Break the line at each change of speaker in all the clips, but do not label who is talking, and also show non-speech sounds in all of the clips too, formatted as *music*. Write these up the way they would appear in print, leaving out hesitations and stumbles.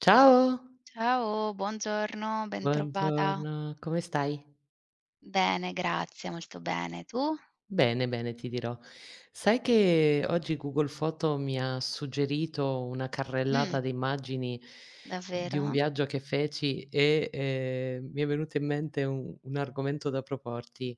Ciao,
Ciao, buongiorno, bentrovata.
buongiorno, come stai?
Bene, grazie, molto bene. Tu?
Bene, bene, ti dirò. Sai che oggi Google Foto mi ha suggerito una
Mh,
carrellata di immagini di un
davvero?
viaggio che feci e, mi è venuto in mente un argomento da proporti.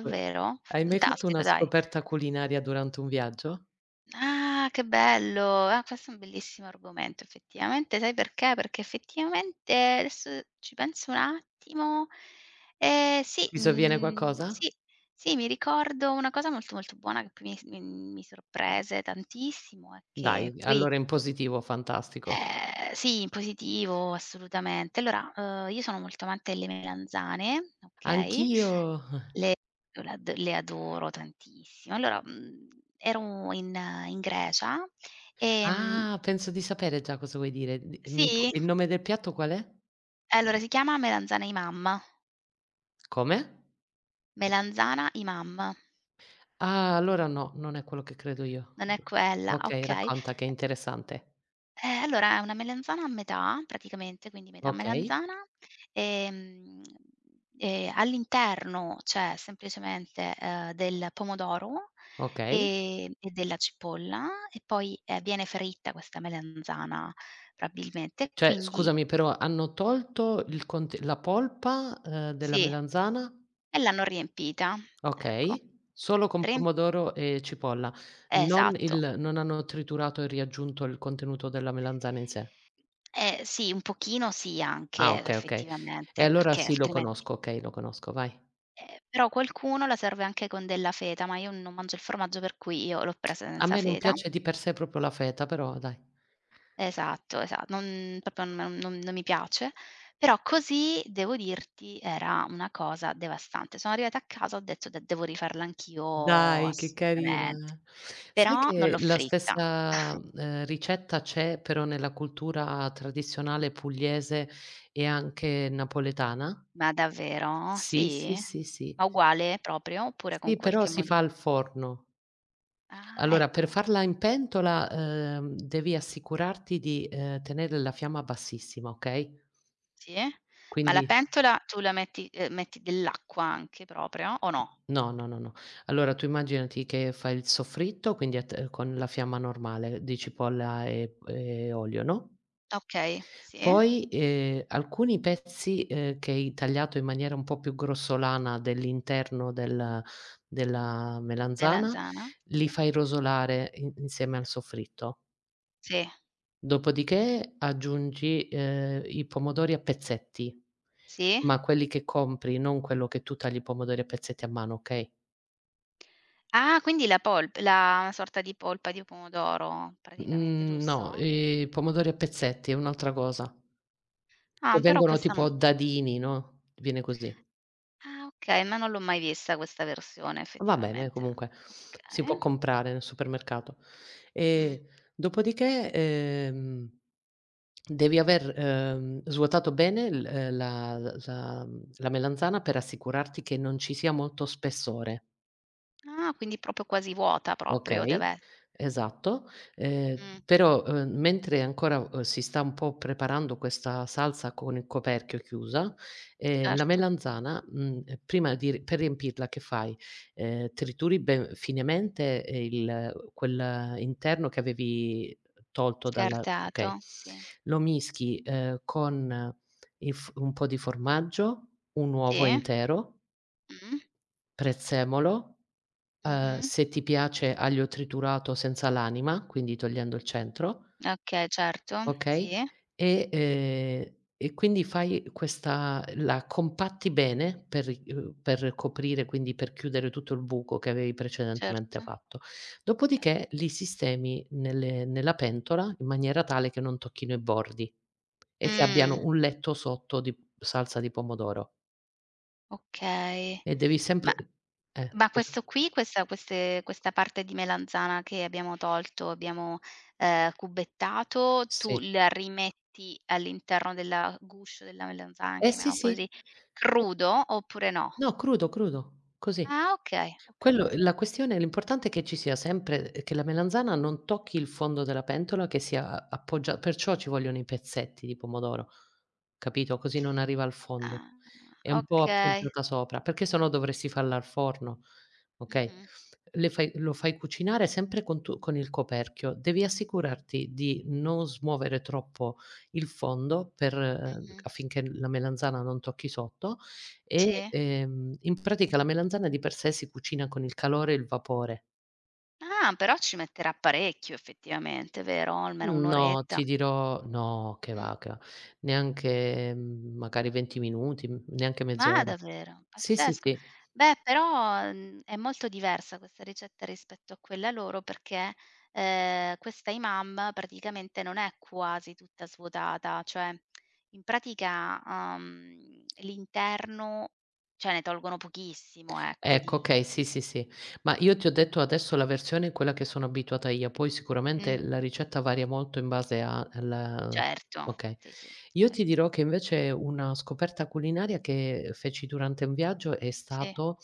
V Hai mai fatto
Fantastico,
una
dai.
scoperta culinaria durante un viaggio?
Ah, che bello! Ah, questo è un bellissimo argomento effettivamente, sai perché? Perché effettivamente adesso ci penso un attimo, sì,
Ti sovviene qualcosa?
sì, sì, mi ricordo una cosa molto, molto buona che poi mi s mi mi sorprese tantissimo e che
Dai,
poi.
allora in positivo, fantastico.
Sì, in positivo, assolutamente. Allora, io sono molto amante delle melanzane, okay,
Anch'io *laughs*
le io le ad le adoro tantissimo. Allora, ero in Grecia, ehm
Ah, penso di sapere già cosa vuoi dire. Di mi pu
sì?
Il nome del piatto qual è?
Allora si chiama
Come?
melanzana imam,
Ah, allora no, non è quello che credo io.
non è quella,
Okay,
okay.
racconta che è interessante.
Allora è una melanzana a metà praticamente, quindi metà
Okay,
melanzana, ehm, e all'interno c'è semplicemente, del pomodoro,
okay.
e della cipolla e poi, viene fritta questa melanzana probabilmente,
Cioè,
quindi
scusami, però hanno tolto il conte la polpa, della
sì,
melanzana?
e l'hanno riempita, ecco.
Okay. Solo con
Riemp
pomodoro e cipolla. Non
Esatto.
il non hanno triturato e riaggiunto il contenuto della melanzana in sé.
Eh sì, un pochino sì
Ah,
anche
okay, okay. E
effettivamente,
allora
perché
sì, lo
altrimenti
conosco, okay, lo conosco, vai.
Però qualcuno la serve anche con della feta, ma io non mangio il formaggio, per cui io l'ho presa
A
senza
me non
feta.
piace di per sé proprio la feta, però dai.
Esatto, esa non proprio non mi piace, però così, devo dirti, era una cosa devastante. Sono arrivata a casa, ho detto: "De devo rifarla anch'io
Dai, che
assolutamente."
carina. Sai
Però non
che
l'ho
la
fritta. *laughs*
stessa,
Eh.
ricetta c'è però nella cultura tradizionale pugliese e anche napoletana?
Ma davvero?
Sì, sì,
Sì?
sì, sì.
Ma uguale proprio, oppure con
Sì, però
qualche
si
modi.
fa al forno.
Ah,
Allora, per
ecco.
farla in pentola, devi assicurarti di, tenere la fiamma bassissima, okay,
Sì? Ma la
quindi.
pentola tu la metti metti dell'acqua anche proprio o no?
No, no, no, no. Allora tu immaginati che fai il soffritto, quindi a t con la fiamma normale di cipolla e olio, no,
Okay, sì,
poi, alcuni pezzi, che hai tagliato in maniera un po' più grossolana dell'interno della melanzana,
melanzana, sì,
li fai rosolare in insieme al soffritto.
sì,
Dopodiché aggiungi, i pomodori a pezzetti,
sì.
ma quelli che compri, non quello che tu tagli i pomodori a pezzetti a mano, okay?
Ah, quindi la sorta di polpa di pomodoro praticamente,
Mhmm, no,
giusto?
pomodori a pezzetti è un'altra cosa,
Ah,
che
però
vengono
questa
tipo
non.
a dadini, no, viene così.
Ah, okay, ma non l'ho mai vista questa versione
Va bene
effettivamente.
comunque, si può
Okay.
comprare nel supermercato.
Mh.
Ehm, Dopodiché, devi aver, svuotato bene l la melanzana per assicurarti che non ci sia molto spessore.
Ah, quindi proprio quasi vuota proprio
Okay,
deve.
esatto.
Mh,
Però, mentre ancora, si sta un po' preparando questa salsa con il coperchio chiusa, la
certo.
melanzana, prima di ri per riempirla, che fai? Trituri ben finemente, il quel interno che avevi tolto dalla. Okay.
Scartato, sì.
Lo mischi, con il f un po' di formaggio, un
Sì.
uovo intero,
Mh.
prezzemolo.
Mh-mh.
Se ti piace aglio triturato senza l'anima, quindi togliendo il centro,
Okay, certo.
okay,
Sì,
e ehm, e quindi fai questa la compatti bene per ri per coprire, quindi per chiudere tutto il buco che avevi precedentemente
certo.
fatto.
Okay.
Dopodiché li sistemi nelle nella pentola in maniera tale che non tocchino i bordi e che
Mh,
abbiano un letto sotto di salsa di pomodoro
okay.
e devi
Ma
sempre
ma
scusa.
questo qui, questa queste questa parte di melanzana che abbiamo tolto, abbiamo, cubettato, tu
Sì.
la rimetti all'interno della guscio della melanzana,
Eh sì,
chiamiamo così,
sì.
crudo oppure no?
No, crudo, crudo, così.
Ah, okay, ho
Quello
capito.
la questione l'importante è che ci sia sempre che la melanzana non tocchi il fondo della pentola, che sia a appoggia, perciò ci vogliono i pezzetti di pomodoro, capito, così non arriva al fondo.
Ah,
È un po'
okay.
appoggiata sopra, perché se no dovresti farla al forno, okay,
Mh-mh,
le fai lo fai cucinare sempre con il coperchio. Devi assicurarti di non smuovere troppo il fondo per
mh-mh.
affinché la melanzana non tocchi sotto
Sì.
e, in pratica la melanzana di per sé si cucina con il calore e il vapore.
Ah, però ci metterà parecchio effettivamente, vero? Almeno 1
No,
oretta.
ti dirò no, che
Mh.
va, che va. Neanche, magari 20 minuti, m neanche
Ma
mezz'ora.
davvero?
Sì, sì,
Pazzesco.
sì.
Beh, però, è molto diversa questa ricetta rispetto a quella loro perché, questa Imam praticamente non è quasi tutta svuotata, cioè in pratica, l'interno cioè ne tolgono pochissimo ecco
Ecco, okay,
di.
sì, sì, sì. Ma io ti ho detto adesso la versione in quella che sono abituata io, poi
Mh,
sicuramente la ricetta varia molto in base a al,
certo,
okay.
sì, sì,
Io ti
certo.
dirò che invece una scoperta culinaria che feci durante un viaggio è
Sì.
stato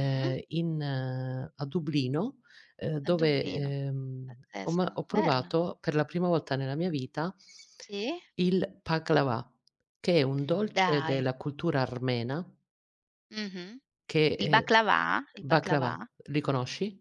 Mh-mh.
in a Dublino,
A
dove,
Dublino.
ho ma
Pazzesco.
ho
Bello.
provato per la prima volta nella mia vita
Sì?
il baklava, che è un dolce
Dai.
della cultura armena
Mh-mh.
che
Il
è
baklava? Il baklava?
baklava, li conosci?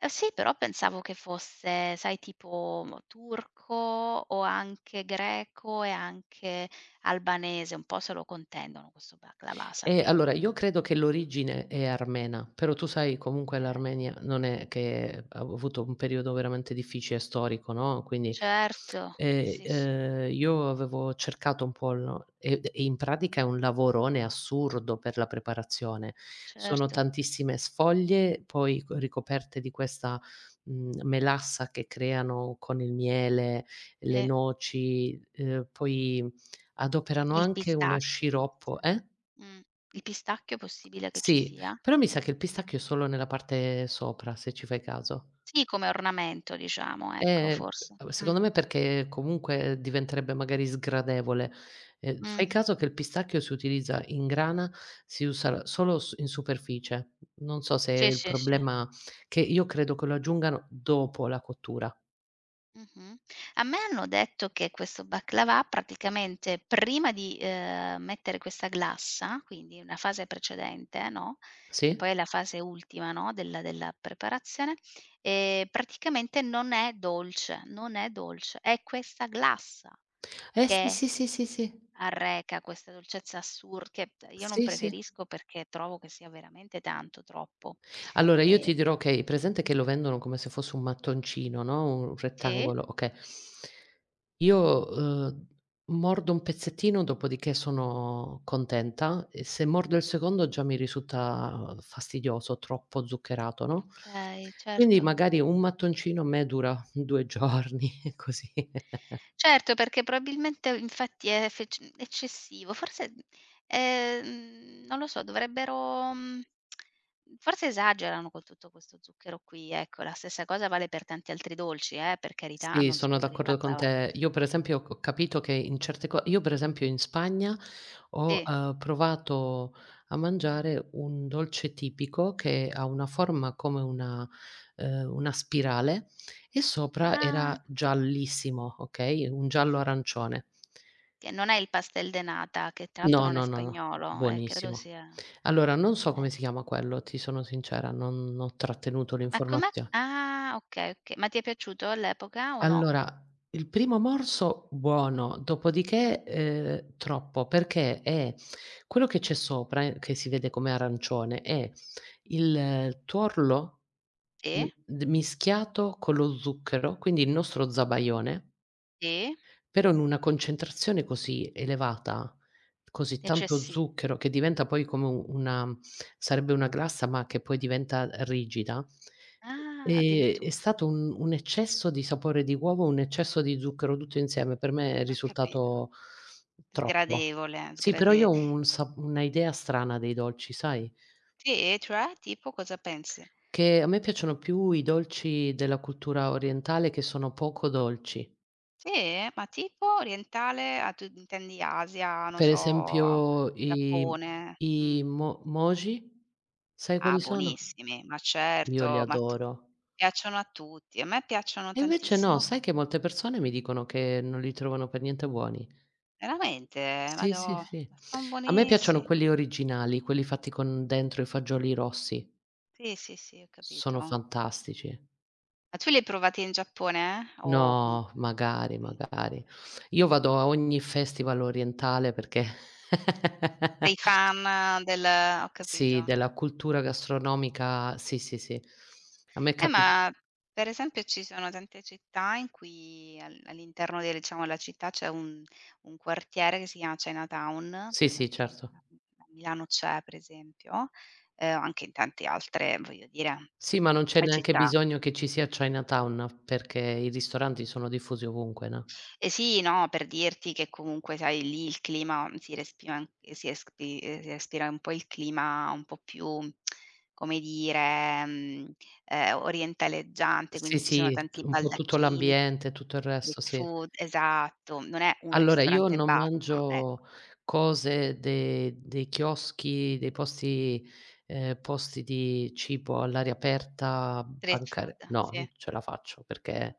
Sì, però pensavo che fosse, sai, tipo, turco o anche greco e anche albanese, un po' se lo contendono questo baklava, sapevo
Allora
io.
io credo che l'origine è armena, però tu sai comunque
Okay.
l'Armenia non è che ha avuto un periodo veramente difficile storico, no, quindi,
Certo, sì, sì,
io avevo cercato un po' l e in pratica è un lavorone assurdo per la preparazione. Sono
certo.
tantissime sfoglie, poi co ricoperte di questa, melassa che creano con il miele, le
Sì,
noci, poi adoperano
il
anche uno
pistacchio forse.
sciroppo, eh?
Mh. Il pistacchio è possibile che ci
Sì,
sia?
però mi sa che il pistacchio è solo nella parte sopra, se ci fai caso.
Sì, come ornamento diciamo, ecco
Ehm,
forse.
Secondo me, perché comunque diventerebbe magari sgradevole.
Mh.
Fai caso che il pistacchio si utilizza in grana, si usa solo s in superficie. Non so se è
Sì,
il
sì, sì.
problema, che io credo che lo aggiungano dopo la cottura.
Mh-mh. A me hanno detto che questo baklava praticamente prima di, mettere questa glassa, quindi una fase precedente, no, che
Sì?
poi è la fase ultima, no, della preparazione, praticamente non è dolce, non è dolce, è questa glassa
Eh sì,
che
sì, sì, sì, sì.
arreca questa dolcezza assur che io non
Sì, sì.
preferisco perché trovo che sia veramente tanto, troppo.
Allora io
Ehm
ti dirò, che hai presente che lo vendono come se fosse un mattoncino, no, un
sì,
rettangolo, okay. Io, uhm, mordo un pezzettino, dopodiché sono contenta, e se mordo il secondo già mi risulta fastidioso, troppo zuccherato, no,
okay,
quindi
certo.
magari un mattoncino a me dura 2 giorni, *laughs* così.
Certo, perché probabilmente infatti è fec eccessivo. Forse, non lo so, dovrebbero, forse esagerano con tutto questo zucchero qui, ecco. La stessa cosa vale per tanti altri dolci, per carità,
Sì,
non
sono
solo per il
d'accordo con
baccalà.
te. Io per esempio ho capito che in certe co. Io per esempio in Spagna ho,
Sì.
provato a mangiare un dolce tipico che ha una forma come una spirale, e sopra
Ah,
era giallissimo, okay, un giallo arancione.
che non è il pastel de nata, che tra l'altro
No,
non è
no, no, no,
spagnolo, credo
buonissimo.
sia,
Allora non so
eh.
come si chiama quello, ti sono sincera, non ho trattenuto
Ma com'è?
l'informazio.
Ah, okay, okay. Ma ti è piaciuto all'epoca o no?
Allora, il primo morso buono,
Mh.
dopodiché, troppo, perché è quello che c'è sopra, che si vede come arancione, è il tuorlo m
Sì?
d mischiato con lo zucchero, quindi il nostro zabaione,
Sì?
però in una concentrazione così elevata, così tanto
Eccessivo.
zucchero che diventa poi come u una. Sarebbe una glassa, ma che poi diventa rigida.
Ah,
È
addiritu
stato un eccesso di sapore di uovo, un eccesso di zucchero, tutto insieme, per me è
ho capito.
risultato troppo.
Sgradevole,
Sì, però io
sgrade
ho un sa una idea strana dei dolci, sai,
sì, e cioè? Tipo cosa pensi?
che a me piacciono più i dolci della cultura orientale, che sono poco dolci.
Sì? Ma tipo orientale, ah, tu intendi Asia, non
Per esempio
so,
i
Giappone,
i
mh.
mo moji, sai
Ah,
quali sono?
buonissimi, ma
Io li
certo, ma tu
adoro.
piacciono a tutti. A me piacciono
E invece no,
tantissimo.
sai che molte persone mi dicono che non li trovano per niente buoni.
Veramente?
Sì, sì,
Madò,
sì.
ma son
A me piacciono
buonissi
quelli originali, quelli fatti con dentro i fagioli rossi,
sì, sì, sì, ho
sono
capito.
fantastici.
Ma tu li hai provati in Giappone, eh? O
No,
comunque
magari,
mh.
magari. Io vado a ogni festival orientale perché *laughs*
Sei fan del. Ho capito.
sì, della cultura gastronomica sì, sì, sì. A me capi,
Ma per esempio ci sono tante città in cui al all'interno del diciamo, la città c'è un quartiere che si chiama Chinatown,
sì,
per
sì,
esempio a
certo.
m a Milano c'è per esempio, anche in tante altre voglio dire,
Sì, ma non c'è neanche
città.
bisogno che ci sia Chinatown, perché i ristoranti sono diffusi ovunque, no.
Eh sì, no, per dirti che comunque sai lì il clima si respira an si espi si respira un po' il clima un po' più, come dire, orientaleggiante,
Sì,
quindi ci sono
sì, t
tanti
un po' tutto
baldacchini.
l'ambiente, tutto il resto,
Street
sì.
food, esatto, non è un
Allora, io
ristorante e
non
basta, ecco.
mangio cose de dei chioschi, dei posti di cibo all'aria aperta,
Street food,
bancare no,
sì.
non ce la faccio perché,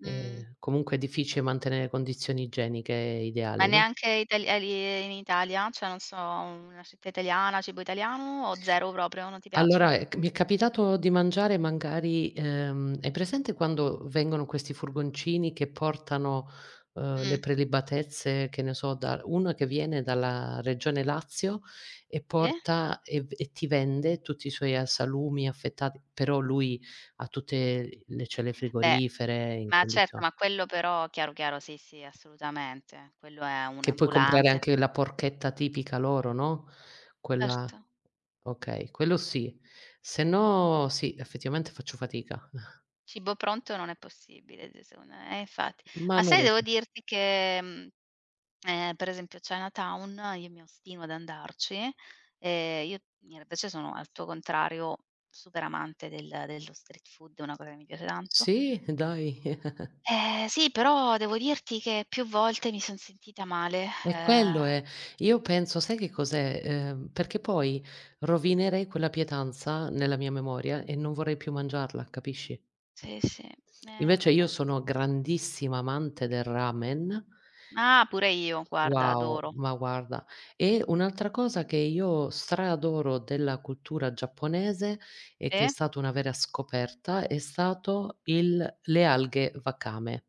Mh.
comunque è difficile mantenere condizioni igieniche
Ma
ideali, no?
neanche itali lì in Italia? Cioè, non so, una città italiana, cibo italiano o 0 proprio, non ti piace?
Allora, c mi è capitato di mangiare magari hai presente quando vengono questi furgoncini che portano, le
Mh,
prelibatezze, che ne so, da uno che viene dalla regione Lazio e
sì?
porta e v e ti vende tutti i suoi a salumi affettati, però lui ha tutte le celle
Beh,
frigorifere in
ma certo,
condizio.
ma quello però chiaro, chiaro, sì, sì, assolutamente. Quello è un
Che puoi comprare
ambulante.
anche la porchetta tipica loro, no,
Certo.
quella, okay, quello sì. Se no sì, effettivamente faccio fatica.
Cibo pronto non è possibile, d secondo me, infatti.
Ma
Ma
non
sai,
lo
devo
so.
dirti che, mhmm per esempio Chinatown io mi ostino ad andarci, io invece sono al tuo contrario super amante dello street food, è una cosa che mi piace tanto.
Sì, dai, *laughs*
Sì, però devo dirti che più volte mi son sentita male,
è quello è. Io penso, sai che cos'è? Perché poi rovinerei quella pietanza nella mia memoria e non vorrei più mangiarla, capisci?
sì, sì, eh
Invece io
vabbè.
sono grandissima amante del ramen.
Ah, pure io, guarda,
Wow,
adoro.
ma guarda. E un'altra cosa che io straadoro della cultura giapponese, e
Sì?
che è stata una vera scoperta, è stato il le alghe wakame.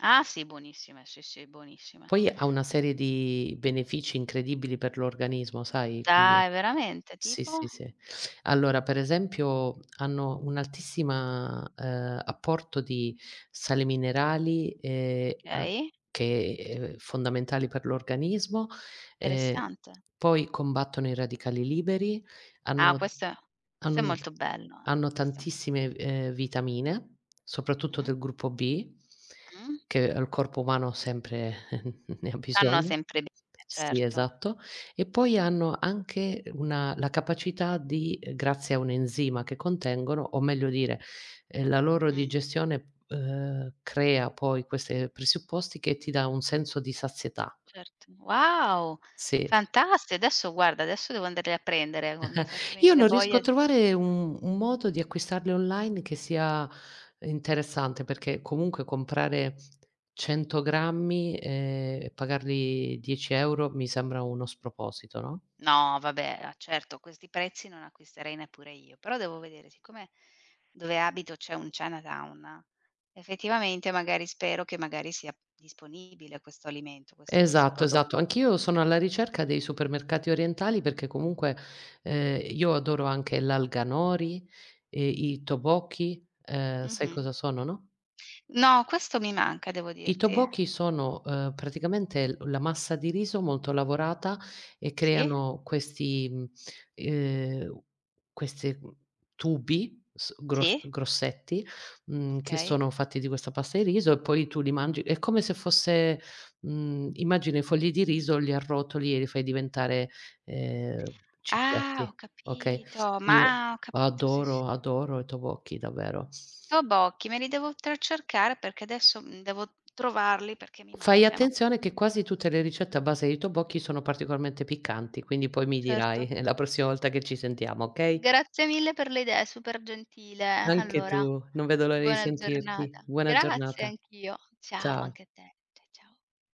Ah sì, buonissime, sì, sì, buonissime.
Poi ha una serie di benefici incredibili per l'organismo, sai, quindi
Dai, veramente?
sì,
Tipo?
sì, sì. Allora, per esempio, hanno un'altissima, apporto di sali minerali, a
Okay,
che,
intere
fondamentali per l'organismo, ehm,
interessante.
poi combattono i radicali liberi,
Ah,
hanno
questo
hanno
è
un
molto bello,
hanno
questo è.
tantissime, vitamine, soprattutto
Mh,
del gruppo B,
mh.
che al corpo umano sempre *laughs* ne ha
Fanno
bisogno.
sempre bene,
Sì,
certo.
esatto. E poi hanno anche una la capacità di grazie a un enzima che contengono, o meglio dire, la loro
Mh,
digestione, crea poi queste presupposti che ti dà un senso di sazietà.
certo. Wow,
Sì.
fantastico. Adesso guarda, adesso devo andarli a prendere, ecco, mi hai fatto
Io
venire
non riesco
voglia.
a trovare un modo di acquistarle online che sia interessante, perché comunque comprare 100 grammi, e pagarli 10 € mi sembra uno sproposito, no?
No, vabbè, a certo, a questi prezzi non acquisterei neppure io, però devo vedere, siccome dove abito c'è un Chinatown, effettivamente magari spero che magari sia disponibile questo alimento, questo questo
Esatto,
prodo
esatto. Anch'io sono alla ricerca dei supermercati orientali, perché comunque, io adoro anche l'alga nori e i tteokbokki. Sai
mh-mh.
cosa sono, no?
No, questo mi manca devo
I
dirti.
tteokbokki sono, praticamente l la massa di riso molto lavorata, e
Sì?
creano questi, ehm, queste, tubi s gros
Sì?
grossetti, che
Okay.
sono fatti di questa pasta di riso, e poi tu li mangi, è come se fosse, immagina i fogli di riso, li arrotoli e li fai diventare, ehm,
Ah, ho
cicchetti, okay?
capito,
Io
ma ho capito, sì, sì.
adoro, adoro i tteokbokki, davvero.
Trabocchi, me li devo tra cercare perché adesso, devo trovarli perché mi
Fai
mancano.
attenzione che quasi tutte le ricette a base di tteokbokki sono particolarmente piccanti, quindi poi mi
Certo.
dirai *laughs* la prossima volta che ci sentiamo, okay?
Grazie mille per le idee, super gentile.
Anche
Allora,
tu, non vedo l'ora di
buona
sentirti.
giornata.
Buona
Grazie
giornata.
anch'io. Ciao
Ciao.
anche a te. Ciao.